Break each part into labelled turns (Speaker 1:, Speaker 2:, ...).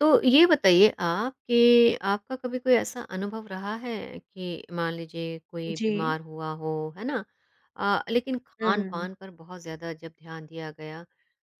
Speaker 1: तो ये बताइए आप कि आपका कभी कोई ऐसा अनुभव रहा है कि मान लीजिए कोई
Speaker 2: जी।
Speaker 1: बीमार हुआ हो, है ना? लेकिन
Speaker 2: हुँ।
Speaker 1: खान-पान पर बहुत ज़्यादा जब ध्यान दिया गया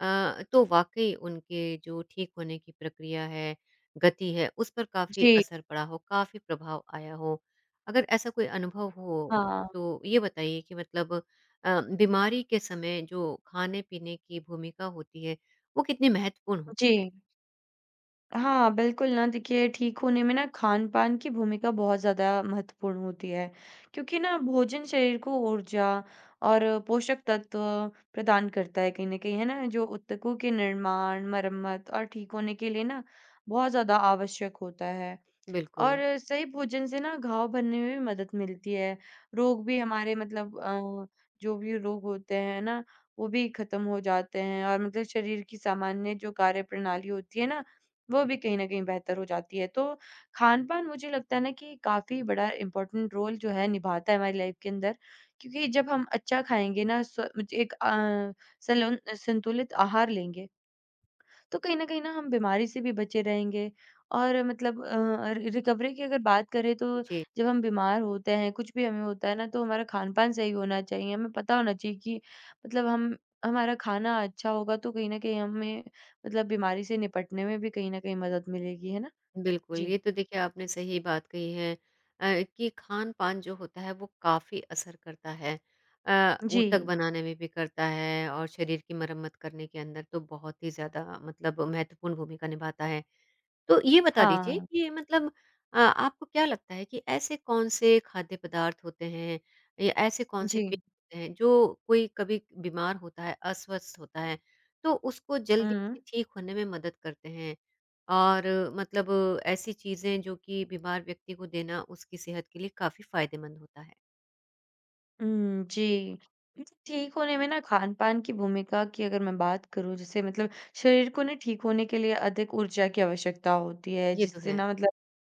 Speaker 1: तो वाक़ई उनके जो ठीक होने की प्रक्रिया है, गति है, उस पर काफ़ी
Speaker 2: जी,
Speaker 1: असर पड़ा हो, काफ़ी प्रभाव आया हो। अगर ऐसा कोई अनुभव हो,
Speaker 2: हाँ।
Speaker 1: तो ये बताइए कि मतलब बीमारी के समय जो खाने-पीने की भूमिका होती है, वो कितनी महत्वपूर्ण
Speaker 2: जी।
Speaker 1: होती है?
Speaker 2: हाँ, बिल्कुल ना देखिए ठीक होने में ना खान-पान की भूमिका बहुत ज़्यादा महत्वपूर्ण होती है, क्योंकि ना भोजन शरीर को ऊर्जा और पोषक तत्व प्रदान करता है कहीं न कहीं, है ना? जो ऊतकों के निर्माण, मरम्मत और ठीक होने के लिए ना बहुत ज़्यादा आवश्यक होता है।
Speaker 1: बिल्कुल।
Speaker 2: और सही भोजन से ना घाव भरने में भी मदद मिलती है। रोग भी हमारे मतलब जो भी रोग होते हैं ना, वो भी खत्म हो जाते हैं और मतलब शरीर की सामान्य जो कार्यप्रणाली होती है ना, वो भी कहीं न कहीं बेहतर हो जाती है। तो खान-पान मुझे लगता है ना कि काफ़ी बड़ा इम्पोर्टेंट रोल जो है निभाता है हमारी लाइफ के अंदर, क्योंकि जब हम अच्छा खाएँगे ना स्व एक अ, सलन संतुलित आहार लेंगे, तो कहीं न कहीं ना हम बीमारी से भी बचे रहेंगे। और मतलब अ, रि रिकवरी की अगर बात करें, तो
Speaker 1: जी।
Speaker 2: जब हम बीमार होते हैं, कुछ भी हमें होता है ना, तो हमारा खान-पान सही होना चाहिए। हमें पता होना चाहिए कि मतलब हम हमारा खाना अच्छा होगा, तो कहीं न कहीं हमें मतलब बीमारी से निपटने में भी कहीं न कहीं मदद मिलेगी, है ना?
Speaker 1: बिल्कुल,
Speaker 2: जी।
Speaker 1: ये तो देखिए आपने सही बात कही है। कि खान-पान जो होता है वो काफ़ी असर करता है।
Speaker 2: जी।
Speaker 1: ऊतक बनाने में भी करता है और शरीर की मरम्मत करने के अंदर तो बहुत ही ज़्यादा मतलब महत्वपूर्ण भूमिका निभाता है। तो ये बता दीजिए
Speaker 2: हाँ।
Speaker 1: कि मतलब आपको क्या लगता है कि ऐसे कौन-से खाद्य पदार्थ होते हैं या ऐसे कौन-से
Speaker 2: जी।
Speaker 1: पेय होते हैं जो कोई कभी बीमार होता है, अस्वस्थ होता है, तो उसको जल्दी
Speaker 2: हुँ।
Speaker 1: से ठीक होने में मदद करते हैं? और मतलब ऐसी चीज़ें जो कि बीमार व्यक्ति को देना उसकी सेहत के लिए काफ़ी फ़ायदेमंद होता है।
Speaker 2: हुँ, जी। मतलब ठीक होने में ना खान-पान की भूमिका की अगर मैं बात करूँ, जैसे मतलब शरीर को ना ठीक होने के लिए अधिक ऊर्जा की आवश्यकता होती है,
Speaker 1: ये तो
Speaker 2: जिससे
Speaker 1: है।
Speaker 2: ना मतलब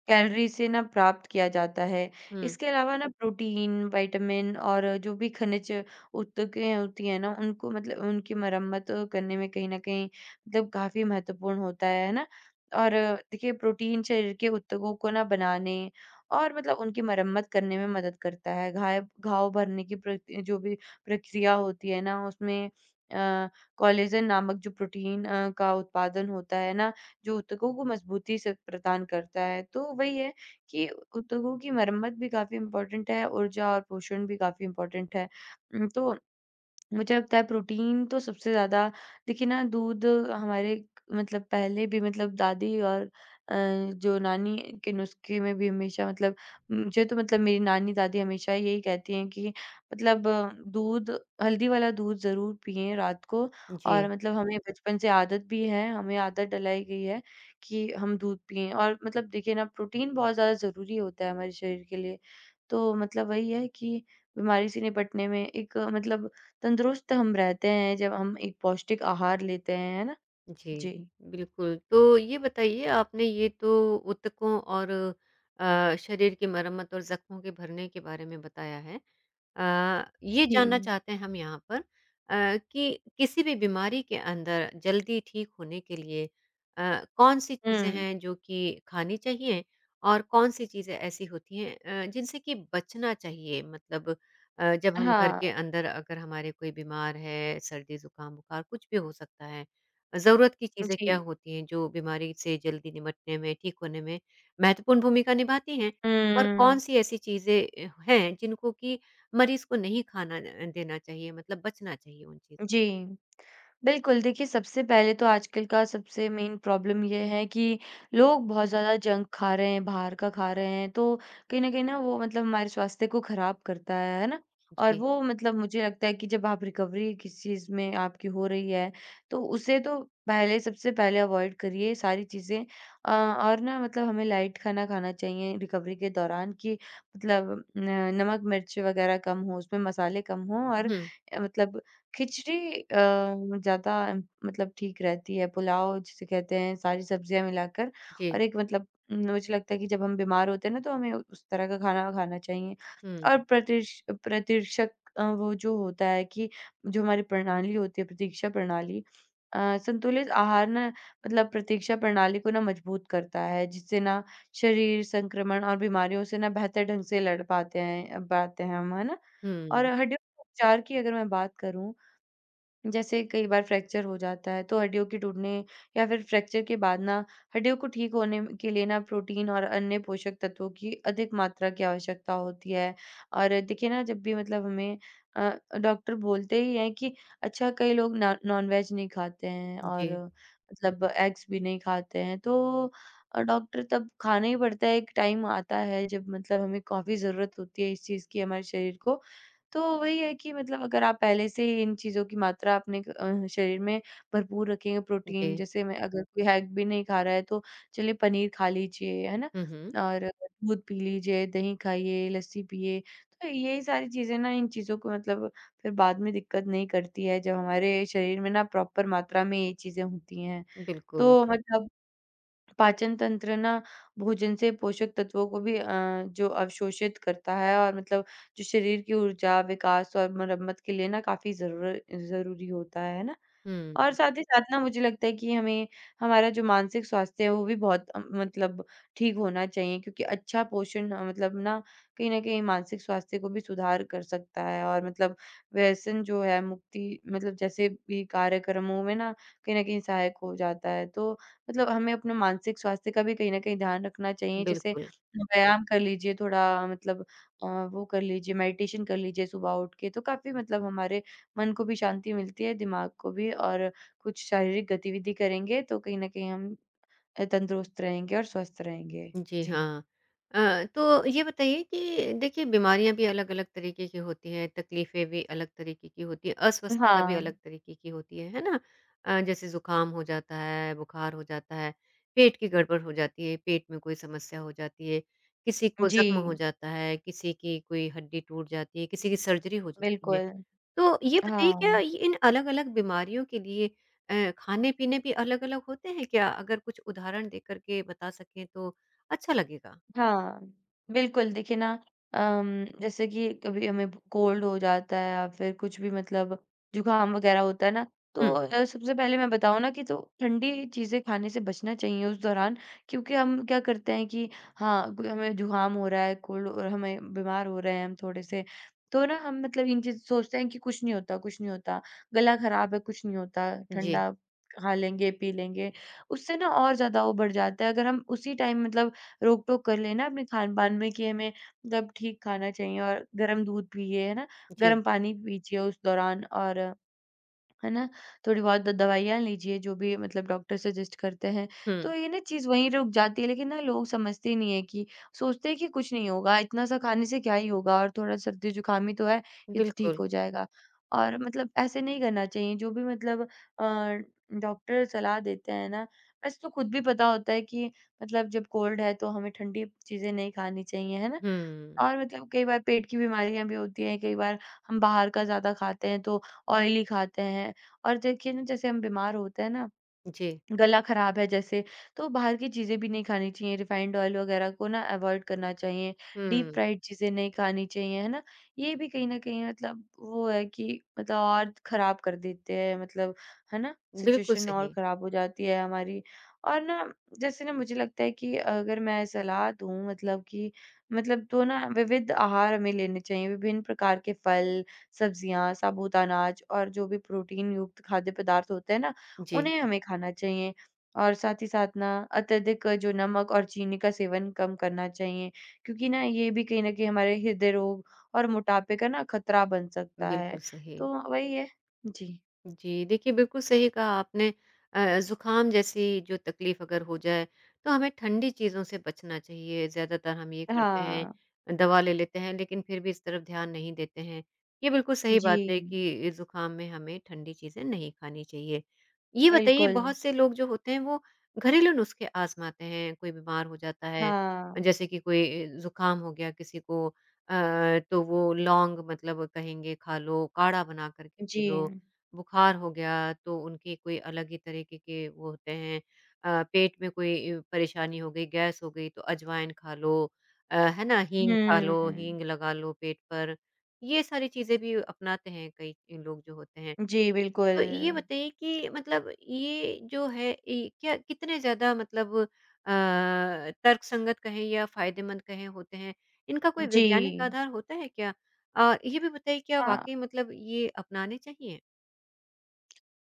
Speaker 2: कैलोरी से ना प्राप्त किया जाता है।
Speaker 1: हुँ,
Speaker 2: इसके अलावा ना प्रोटीन, विटामिन और जो भी खनिज उत्तकें होती हैं ना, उनको मतलब उनकी मरम्मत करने में कहीं न कहीं मतलब काफ़ी महत्वपूर्ण होता है ना? और देखिए प्रोटीन शरीर के उत्तकों को ना बनाने और मतलब उनकी मरम्मत करने में मदद करता है। घाय घाव भरने की प्रति जो भी प्रक्रिया होती है ना, उसमें अ, कोलेजन नामक जो प्रोटीन का उत्पादन होता है ना, जो ऊतकों को मजबूती से प्रदान करता है। तो वही है कि ऊतकों की मरम्मत भी काफ़ी इम्पोर्टेंट है, ऊर्जा और पोषण भी काफ़ी इम्पोर्टेंट है। तो मुझे लगता है प्रोटीन तो सबसे ज़्यादा। देखिए ना दूध हमारे मतलब पहले भी मतलब दादी और जो नानी के नुस्खे में भी हमेशा मतलब, मुझे तो मतलब मेरी नानी दादी हमेशा यही कहती हैं कि मतलब अ, दूध हल्दी वाला दूध ज़रूर पिएं रात को।
Speaker 1: जी।
Speaker 2: और मतलब हमें बचपन से आदत भी है, हमें आदत डलाई गई है कि हम दूध पिएं। और मतलब देखिए ना प्रोटीन बहुत ज़्यादा ज़रूरी होता है हमारे शरीर के लिए, तो मतलब वही है कि बीमारी से निपटने में एक मतलब तंदुरुस्त हम रहते हैं जब हम एक पौष्टिक आहार लेते हैं, है ना?
Speaker 1: जी,
Speaker 2: जी।
Speaker 1: बिल्कुल। तो ये बताइए आपने ये तो ऊतकों और शरीर की मरम्मत और ज़ख्मों के भरने के बारे में बताया है। ये
Speaker 2: जी।
Speaker 1: जानना चाहते हैं हम यहाँ पर कि किसी भी बीमारी के अंदर जल्दी ठीक होने के लिए कौन-सी चीज़ें
Speaker 2: हुँ,
Speaker 1: हैं जो कि खानी चाहिए और कौन-सी चीज़ें ऐसी होती हैं जिनसे कि बचना चाहिए? मतलब जब हम घर
Speaker 2: हाँ,
Speaker 1: के अंदर अगर हमारे कोई बीमार है, सर्दी, जुकाम, बुखार कुछ भी हो सकता है। ज़रूरत की चीज़ें
Speaker 2: जी।
Speaker 1: क्या होती हैं जो बीमारी से जल्दी निपटने में, ठीक होने में महत्वपूर्ण भूमिका निभाती हैं?
Speaker 2: हुँ,
Speaker 1: और कौन-सी ऐसी चीज़ें हैं जिनको कि मरीज़ को नहीं खाना देना चाहिए मतलब बचना चाहिए उन चीज़ों से।
Speaker 2: जी। बिल्कुल, देखिए सबसे पहले तो आजकल का सबसे मेन प्रॉब्लम ये है कि लोग बहुत ज़्यादा जंक खा रहे हैं, बाहर का खा रहे हैं, तो कहीं न कहीं ना वो मतलब हमारे स्वास्थ्य को खराब करता है ना? और
Speaker 1: जी।
Speaker 2: वो मतलब मुझे लगता है कि जब आप रिकवरी किसी चीज़ में आपकी हो रही है, तो उसे तो पहले, सबसे पहले अवॉइड करिए सारी चीज़ें और ना मतलब हमें लाइट खाना खाना चाहिए रिकवरी के दौरान, कि मतलब न नमक, मिर्च वगैरह कम हो, उसमें मसाले कम हों और
Speaker 1: हुँ,
Speaker 2: मतलब खिचड़ी अ, ज़्यादा मतलब ठीक रहती है, पुलाव जिसे कहते हैं, सारी सब्जियाँ मिलाकर।
Speaker 1: जी।
Speaker 2: और एक मतलब न, मुझे लगता है कि जब हम बीमार होते हैं ना, तो हमें उस तरह का खाना खाना चाहिए।
Speaker 1: हुँ,
Speaker 2: और प्रतिश प्रतिरक्षक वो जो होता है कि जो हमारी प्रणाली होती है, प्रतीक्षा प्रणाली संतुलित आहार ना मतलब प्रतीक्षा प्रणाली को ना मजबूत करता है, जिससे ना शरीर संक्रमण और बीमारियों से ना बेहतर ढंग से लड़ पाते हैं हम, है ना? और
Speaker 1: हुँ।
Speaker 2: हड्डियों के उपचार की अगर मैं बात करूँ, जैसे कई बार फ्रैक्चर हो जाता है, तो हड्डियों के टूटने या फिर फ्रैक्चर के बाद ना हड्डियों को ठीक होने म के लिए ना प्रोटीन और अन्य पोषक तत्वों की अधिक मात्रा की आवश्यकता होती है। और देखिए ना जब भी मतलब हमें अ, डॉक्टर बोलते ही हैं कि अच्छा, कई लोग ना नॉन-वेज नहीं खाते हैं और
Speaker 1: जी,
Speaker 2: मतलब एग्स भी नहीं खाते हैं, तो डॉक्टर तब खाना ही पड़ता है। एक टाइम आता है जब मतलब हमें काफ़ी ज़रूरत होती है इस चीज़ की हमारे शरीर को, तो वही है कि मतलब अगर आप पहले से ही इन चीज़ों की मात्रा अपने शरीर में भरपूर रखेंगे प्रोटीन,
Speaker 1: जी।
Speaker 2: जैसे मैं अगर कोई हैक भी नहीं खा रहा है, तो चलिए पनीर खा लीजिए, है ना?
Speaker 1: हुँ, हुँ।
Speaker 2: और दूध पी लीजिए, दही खाइए, लस्सी पिए। तो यही सारी चीज़ें ना, इन चीज़ों को मतलब फिर बाद में दिक्कत नहीं करती है जब हमारे शरीर में ना प्रॉपर मात्रा में ये चीज़ें होती हैं।
Speaker 1: बिल्कुल।
Speaker 2: तो मतलब पाचन तंत्र ना भोजन से पोषक तत्वों को भी जो अवशोषित करता है और मतलब जो शरीर की ऊर्जा, विकास और मरम्मत के लिए ना काफ़ी ज़रूरी होता है ना? और
Speaker 1: हुँ,
Speaker 2: साथ ही साथ ना मुझे लगता है कि हमें, हमारा जो मानसिक स्वास्थ्य है वो भी बहुत मतलब ठीक होना चाहिए, क्योंकि अच्छा पोषण मतलब ना कहीं न कहीं मानसिक स्वास्थ्य को भी सुधार कर सकता है और मतलब व्यसन जो है मुक्ति मतलब जैसे भी कार्यक्रमों में ना कहीं न कहीं सहायक हो जाता है। तो मतलब हमें अपने मानसिक स्वास्थ्य का भी कहीं न कहीं ध्यान रखना चाहिए, जैसे
Speaker 1: बिल्कुल।
Speaker 2: व्यायाम कर लीजिए थोड़ा मतलब अ, वो कर लीजिए, मेडिटेशन कर लीजिए सुबह उठ के, तो काफ़ी मतलब हमारे मन को भी शांति मिलती है, दिमाग को भी। और कुछ शारीरिक गतिविधि करेंगे, तो कहीं न कहीं हम तंदुरुस्त रहेंगे और स्वस्थ रहेंगे।
Speaker 1: जी
Speaker 2: जी।
Speaker 1: हाँ। अ, तो ये बताइए कि देखिए बीमारियाँ भी अलग-अलग तरीके की होती हैं, तकलीफ़ें भी अलग तरीके की होती हैं, अस्वस्थता भी
Speaker 2: हाँ।
Speaker 1: अलग तरीके की होती है ना? जैसे ज़ुकाम हो जाता है, बुखार हो जाता है, पेट की गड़बड़ हो जाती है, पेट में कोई समस्या हो जाती है, किसी को ज़ख्म हो
Speaker 2: जी,
Speaker 1: जाता है, किसी की कोई हड्डी टूट जाती है, किसी की सर्जरी हो जाती है।
Speaker 2: बिल्कुल।
Speaker 1: तो ये बताइए क्या
Speaker 2: हाँ।
Speaker 1: ये इन अलग-अलग बीमारियों के लिए खाने-पीने भी अलग-अलग होते हैं क्या? अगर कुछ उदाहरण देकर के बता सकें तो अच्छा लगेगा।
Speaker 2: हाँ, बिल्कुल देखिए ना, जैसे कि कभी हमें कोल्ड हो जाता है या फिर कुछ भी मतलब जुकाम वगैरह होता है ना, तो
Speaker 1: हुँ,
Speaker 2: सबसे पहले मैं बताऊँ ना कि तो ठंडी चीज़ें खाने से बचना चाहिए उस दौरान, क्योंकि हम क्या करते हैं कि हाँ कोई हमें जुकाम हो रहा है, कोल्ड, और हमें बीमार हो रहे हैं हम थोड़े से, तो ना हम मतलब इन चीज सोचते हैं कि कुछ नहीं होता, कुछ नहीं होता, गला खराब है, कुछ नहीं होता,
Speaker 1: जी,
Speaker 2: ठंडा खा लेंगे पी लेंगे। उससे ना और ज्यादा वो बढ़ जाता है। अगर हम उसी टाइम मतलब रोक-टोक कर लेना अपने खान-पान में कि हमें कब ठीक खाना चाहिए, और गरम दूध पिए, है ना?
Speaker 1: जी।
Speaker 2: गरम पानी पीजिए उस दौरान और, है ना? थोड़ी बहुत द दवाइयाँ लीजिए, जो भी मतलब डॉक्टर सजेस्ट करते हैं,
Speaker 1: हुँ,
Speaker 2: तो ये ना चीज़ वहीं रुक जाती है, लेकिन ना लोग समझते ही नहीं है कि, सोचते हैं कि कुछ नहीं होगा, इतना सा खाने से क्या ही होगा और थोड़ा सर्दी-जुकाम ही तो है, ये तो ठीक
Speaker 1: बिल्कुल।
Speaker 2: हो जाएगा। और मतलब ऐसे नहीं करना चाहिए, जो भी मतलब अ, डॉक्टर सलाह देते हैं ना, वैसे तो खुद भी पता होता है कि मतलब जब कोल्ड है, तो हमें ठंडी चीज़ें नहीं खानी चाहिए, है ना?
Speaker 1: हुँ,
Speaker 2: और मतलब कई बार पेट की बीमारियाँ भी होती हैं, कई बार हम बाहर का ज़्यादा खाते हैं, तो ऑयली खाते हैं। और देखिए ना, जैसे हम बीमार होते हैं ना,
Speaker 1: जी।
Speaker 2: गला खराब है जैसे, तो बाहर की चीज़ें भी नहीं खानी चाहिए, रिफाइंड ऑयल वगैरह को ना अवॉइड करना चाहिए, डीप
Speaker 1: हुँ,
Speaker 2: फ्राइड चीज़ें नहीं खानी चाहिए, है ना? ये भी कहीं न कहीं मतलब वो है कि, मतलब और खराब कर देते हैं मतलब, है ना?
Speaker 1: बिल्कुल
Speaker 2: सिचुएशन और
Speaker 1: सही।
Speaker 2: खराब हो जाती है हमारी। और ना जैसे ना मुझे लगता है कि अगर मैं सलाह दूँ, मतलब कि मतलब तो ना विविध आहार हमें लेने चाहिए, विभिन्न प्रकार के फल, सब्जियाँ, साबूत अनाज और जो भी प्रोटीन युक्त खाद्य पदार्थ होते हैं ना,
Speaker 1: जी,
Speaker 2: उन्हें हमें खाना चाहिए। और साथ ही साथ ना अत्यधिक जो नमक और चीनी का सेवन कम करना चाहिए, क्योंकि ना ये भी कहीं न कहीं हमारे हृदय रोग और मोटापे का ना खतरा बन सकता
Speaker 1: बिल्कुल
Speaker 2: है।
Speaker 1: सही।
Speaker 2: तो वही है। जी।
Speaker 1: जी, देखिए बिल्कुल सही कहा आपने। ज़ुकाम जैसी जो तकलीफ़ अगर हो जाए, तो हमें ठंडी चीज़ों से बचना चाहिए। ज़्यादातर हम ये करते
Speaker 2: हाँ।
Speaker 1: हैं, दवा ले लेते हैं लेकिन फिर भी इस तरफ ध्यान नहीं देते हैं। ये बिल्कुल सही
Speaker 2: जी।
Speaker 1: बात है कि ज़ुकाम में हमें ठंडी चीज़ें नहीं खानी चाहिए। ये बताइए
Speaker 2: बिल्कुल।
Speaker 1: बहुत से लोग जो होते हैं वो घरेलू नुस्खे आज़माते हैं, कोई बीमार हो जाता है,
Speaker 2: हाँ।
Speaker 1: जैसे कि कोई ज़ुकाम हो गया किसी को तो वो लौंग मतलब कहेंगे खा लो, काढ़ा बना कर के पी
Speaker 2: जी।
Speaker 1: लो। बुखार हो गया तो उनके कोई अलग ही तरीके के वो होते हैं। पेट में कोई परेशानी हो गई, गैस हो गई तो अजवाइन खा लो। है ना? हींग खा लो,
Speaker 2: हुँ।
Speaker 1: हींग लगा लो पेट पर। ये सारी चीज़ें भी अपनाते हैं कई लोग जो होते हैं।
Speaker 2: जी, बिल्कुल।
Speaker 1: तो ये बताइए कि मतलब ये जो है ये क्या कितने ज़्यादा मतलब अ, तर्कसंगत कहें या फ़ायदेमंद कहें होते हैं? इनका कोई
Speaker 2: जी।
Speaker 1: वैज्ञानिक आधार होता है क्या? और ये भी बताइए क्या
Speaker 2: हाँ।
Speaker 1: वाक़ई मतलब ये अपनाने चाहिए?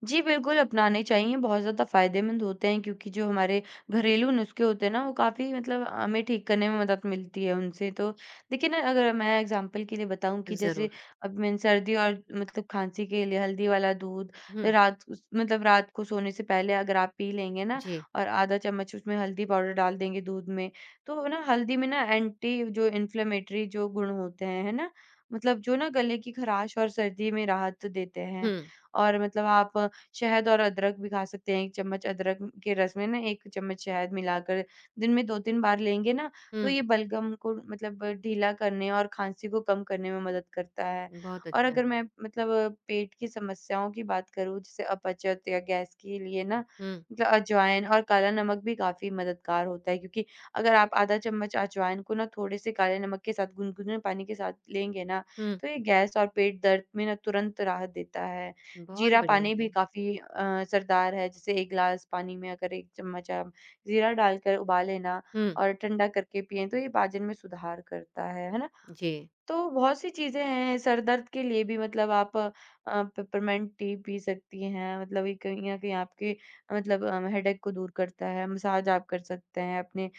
Speaker 2: जी, बिल्कुल अपनाने चाहिए, बहुत ज़्यादा फ़ायदेमंद होते हैं, क्योंकि जो हमारे घरेलू नुस्खे होते हैं ना, वो काफ़ी मतलब हमें ठीक करने में मदद मिलती है उनसे। तो देखिए ना, अगर मैं एग्ज़ाम्पल के लिए बताऊँ कि जैसे
Speaker 1: ज़रूर।
Speaker 2: अब मैंने सर्दी और मतलब खाँसी के लिए हल्दी वाला दूध,
Speaker 1: हुँ,
Speaker 2: रात उस मतलब रात को सोने से पहले अगर आप पी लेंगे ना
Speaker 1: जी।
Speaker 2: और आधा चम्मच उसमें हल्दी पाउडर डाल देंगे दूध में, तो ना हल्दी में ना एंटी जो इन्फ्लेमेटरी जो गुण होते हैं, है ना? मतलब जो ना गले की ख़राश और सर्दी में राहत देते
Speaker 1: हुँ,
Speaker 2: हैं। और मतलब आप शहद और अदरक भी खा सकते हैं, 1 चम्मच अदरक के रस में ना 1 चम्मच शहद मिलाकर दिन में 2-3 बार लेंगे ना, तो
Speaker 1: हुँ,
Speaker 2: ये बलगम को मतलब ढीला करने और खाँसी को कम करने में मदद करता है।
Speaker 1: बहुत
Speaker 2: और
Speaker 1: अच्छा।
Speaker 2: अगर मैं मतलब पेट की समस्याओं की बात करूँ, जैसे अपचत या गैस के लिए ना,
Speaker 1: हुँ,
Speaker 2: मतलब अजवाइन और काला नमक भी काफ़ी मददगार होता है, क्योंकि अगर आप आधा चम्मच अजवाइन को ना थोड़े से काले नमक के साथ गुनगुने पानी के साथ लेंगे ना,
Speaker 1: हुँ,
Speaker 2: तो ये गैस और पेट दर्द में ना तुरंत राहत देता है।
Speaker 1: बहुत
Speaker 2: जीरा
Speaker 1: बढ़िया
Speaker 2: पानी भी
Speaker 1: है।
Speaker 2: काफ़ी असरदार है, जैसे 1 ग्लास पानी में अगर 1 चम्मच आप जीरा डालकर उबाले ना
Speaker 1: हुँ,
Speaker 2: और ठंडा करके पिएँ, तो ये पाचन में सुधार करता है ना?
Speaker 1: जी।
Speaker 2: तो बहुत सी चीज़ें हैं, सर दर्द के लिए भी मतलब आप पेपरमिंट टी पी सकती हैं, मतलब ये कहीं न कहीं आपके मतलब हेडेक को दूर करता है, मसाज आप कर सकते हैं अपने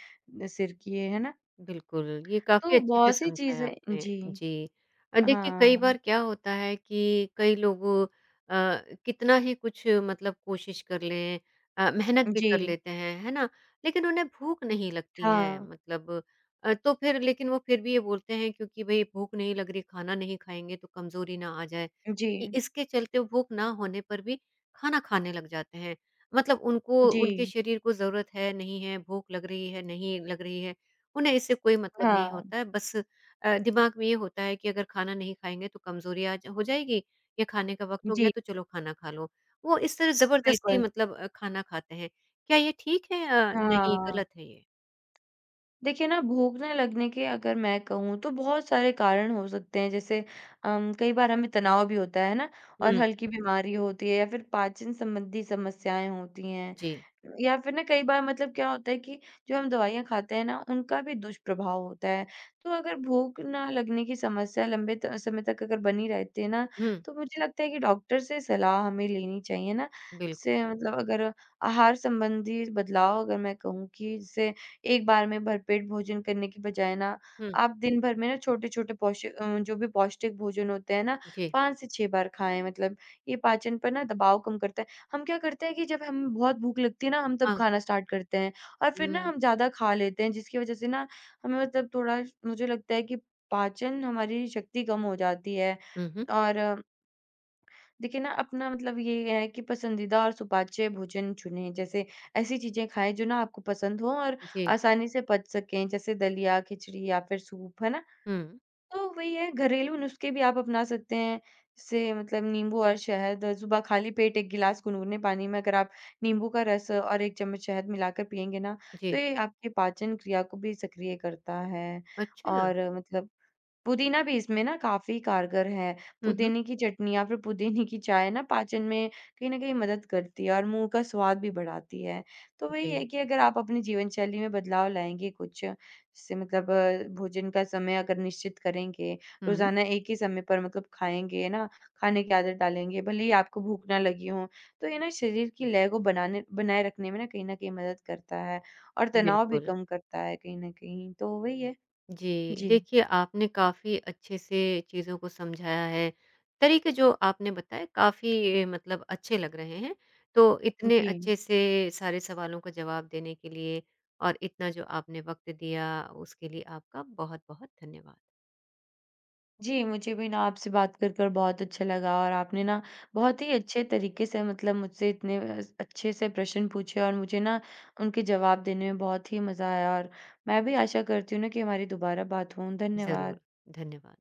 Speaker 2: सिर की, है ना?
Speaker 1: बिल्कुल, ये काफ़ी
Speaker 2: तो
Speaker 1: अच्छे से
Speaker 2: बहुत सी
Speaker 1: समझाया
Speaker 2: चीज़ें
Speaker 1: आपने।
Speaker 2: जी,
Speaker 1: जी। देखिए कई बार
Speaker 2: हाँ,
Speaker 1: क्या होता है कि कई लोग अ, कितना ही कुछ मतलब कोशिश कर लें। मेहनत भी
Speaker 2: जी,
Speaker 1: कर लेते हैं, है ना? लेकिन उन्हें भूख नहीं लगती है
Speaker 2: हाँ,
Speaker 1: मतलब तो फिर लेकिन वो फिर भी ये बोलते हैं क्योंकि भई भूख नहीं लग रही, खाना नहीं खाएँगे तो कमज़ोरी ना आ जाए।
Speaker 2: जी,
Speaker 1: इ इसके चलते वो भूख ना होने पर भी खाना खाने लग जाते हैं। मतलब उनको उनके
Speaker 2: जी,
Speaker 1: शरीर को ज़रूरत है, नहीं है, भूख लग रही है, नहीं लग रही है। उन्हें इससे कोई मतलब नहीं
Speaker 2: हाँ,
Speaker 1: होता है, बस दिमाग में ये होता है कि अगर खाना नहीं खाएँगे तो कमज़ोरी आज हो जाएगी या खाने का वक़्त हो गया
Speaker 2: जी।
Speaker 1: तो चलो खाना खा लो। वो इस तरह ज़बरदस्ती
Speaker 2: बिल्कुल,
Speaker 1: मतलब खाना खाते हैं। क्या ये ठीक है? नहीं
Speaker 2: हाँ।
Speaker 1: गलत है ये।
Speaker 2: देखिए ना, भोगने लगने के अगर मैं कहूँ तो बहुत सारे कारण हो सकते हैं, जैसे कई बार हमें तनाव भी होता है ना, और
Speaker 1: हुँ,
Speaker 2: हल्की बीमारी होती है या फिर पाचन संबंधी समस्याएँ होती हैं।
Speaker 1: जी।
Speaker 2: या फिर ना कई बार मतलब क्या होता है कि जो हम दवाइयाँ खाते हैं ना, उनका भी दुष्प्रभाव होता है। तो अगर भूख ना लगने की समस्या लंबे त समय तक अगर बनी रहती है ना,
Speaker 1: हुँ,
Speaker 2: तो मुझे लगता है कि डॉक्टर से सलाह हमें लेनी चाहिए ना। जैसे
Speaker 1: बिल्कुल।
Speaker 2: मतलब अगर आहार संबंधी बदलाव, अगर मैं कहूँ कि जैसे एक बार में भरपेट भोजन करने की बजाय ना,
Speaker 1: हुँ,
Speaker 2: आप दिन भर में ना छोटे-छोटे जो भी पौष्टिक भोजन होते हैं ना,
Speaker 1: जी।
Speaker 2: 5 से 6 बार खाएँ, मतलब ये पाचन पर ना दबाव कम करता है। हम क्या करते हैं कि जब हम बहुत भूख लगती है ना, हम तब
Speaker 1: हाँ।
Speaker 2: खाना स्टार्ट करते हैं और फिर ना
Speaker 1: हुँ।
Speaker 2: हम ज़्यादा खा लेते हैं, जिसकी वज़ह से ना हमें मतलब थोड़ा, मुझे लगता है कि पाचन हमारी शक्ति कम हो जाती है।
Speaker 1: हुँ, हुँ।
Speaker 2: और देखिए ना, अपना मतलब ये है कि पसंदीदा और सुपाच्य भोजन चुनें। जैसे ऐसी चीज़ें खाएँ जो ना आपको पसंद हों और
Speaker 1: जी।
Speaker 2: आसानी से पच सकें, जैसे दलिया, खिचड़ी या फिर सूप, है ना?
Speaker 1: हुँ,
Speaker 2: तो वही है, घरेलू नुस्खे भी आप अपना सकते हैं। जैसे मतलब नींबू और शहद, सुबह खाली पेट 1 गिलास गुनगुने पानी में अगर आप नींबू का रस और 1 चम्मच शहद मिलाकर पिएँगे ना,
Speaker 1: जी।
Speaker 2: तो ये आपके पाचन क्रिया को भी सक्रिय करता है।
Speaker 1: अच्छा।
Speaker 2: और मतलब पुदीना भी इसमें ना काफ़ी कारगर है।
Speaker 1: हुँ, हुँ।
Speaker 2: पुदीने की चटनी या फिर पुदीने की चाय ना पाचन में कहीं न कहीं मदद करती है और मुँह का स्वाद भी बढ़ाती है। तो वही
Speaker 1: जी।
Speaker 2: है कि अगर आप अपनी जीवनशैली में बदलाव लाएँगे कुछ, जैसे मतलब भोजन का समय अगर निश्चित करेंगे,
Speaker 1: हुँ,
Speaker 2: रोज़ाना एक ही समय पर मतलब खाएँगे ना, खाने की आदत डालेंगे, भले ही आपको भूख ना लगी हो, तो ये ना शरीर की लय को बनाने बनाए रखने में ना कहीं न कहीं मदद करता है और तनाव भी
Speaker 1: बिल्कुल।
Speaker 2: कम करता है कहीं न कहीं। तो वही है।
Speaker 1: जी,
Speaker 2: जी।
Speaker 1: देखिए आपने काफ़ी अच्छे से चीज़ों को समझाया है। तरीके जो आपने बताए काफ़ी मतलब अच्छे लग रहे हैं। तो इतने
Speaker 2: जी।
Speaker 1: अच्छे से सारे सवालों का जवाब देने के लिए और इतना जो आपने वक़्त दिया उसके लिए आपका बहुत-बहुत धन्यवाद।
Speaker 2: जी, मुझे भी ना आपसे बात कर बहुत अच्छा लगा, और आपने ना बहुत ही अच्छे तरीके से मतलब मुझसे इतने अस अच्छे से प्रश्न पूछे और मुझे ना उनके जवाब देने में बहुत ही मज़ा आया, और मैं भी आशा करती हूँ ना कि हमारी दोबारा बात हो।
Speaker 1: ज़रूर,
Speaker 2: धन्यवाद।
Speaker 1: धन्यवाद।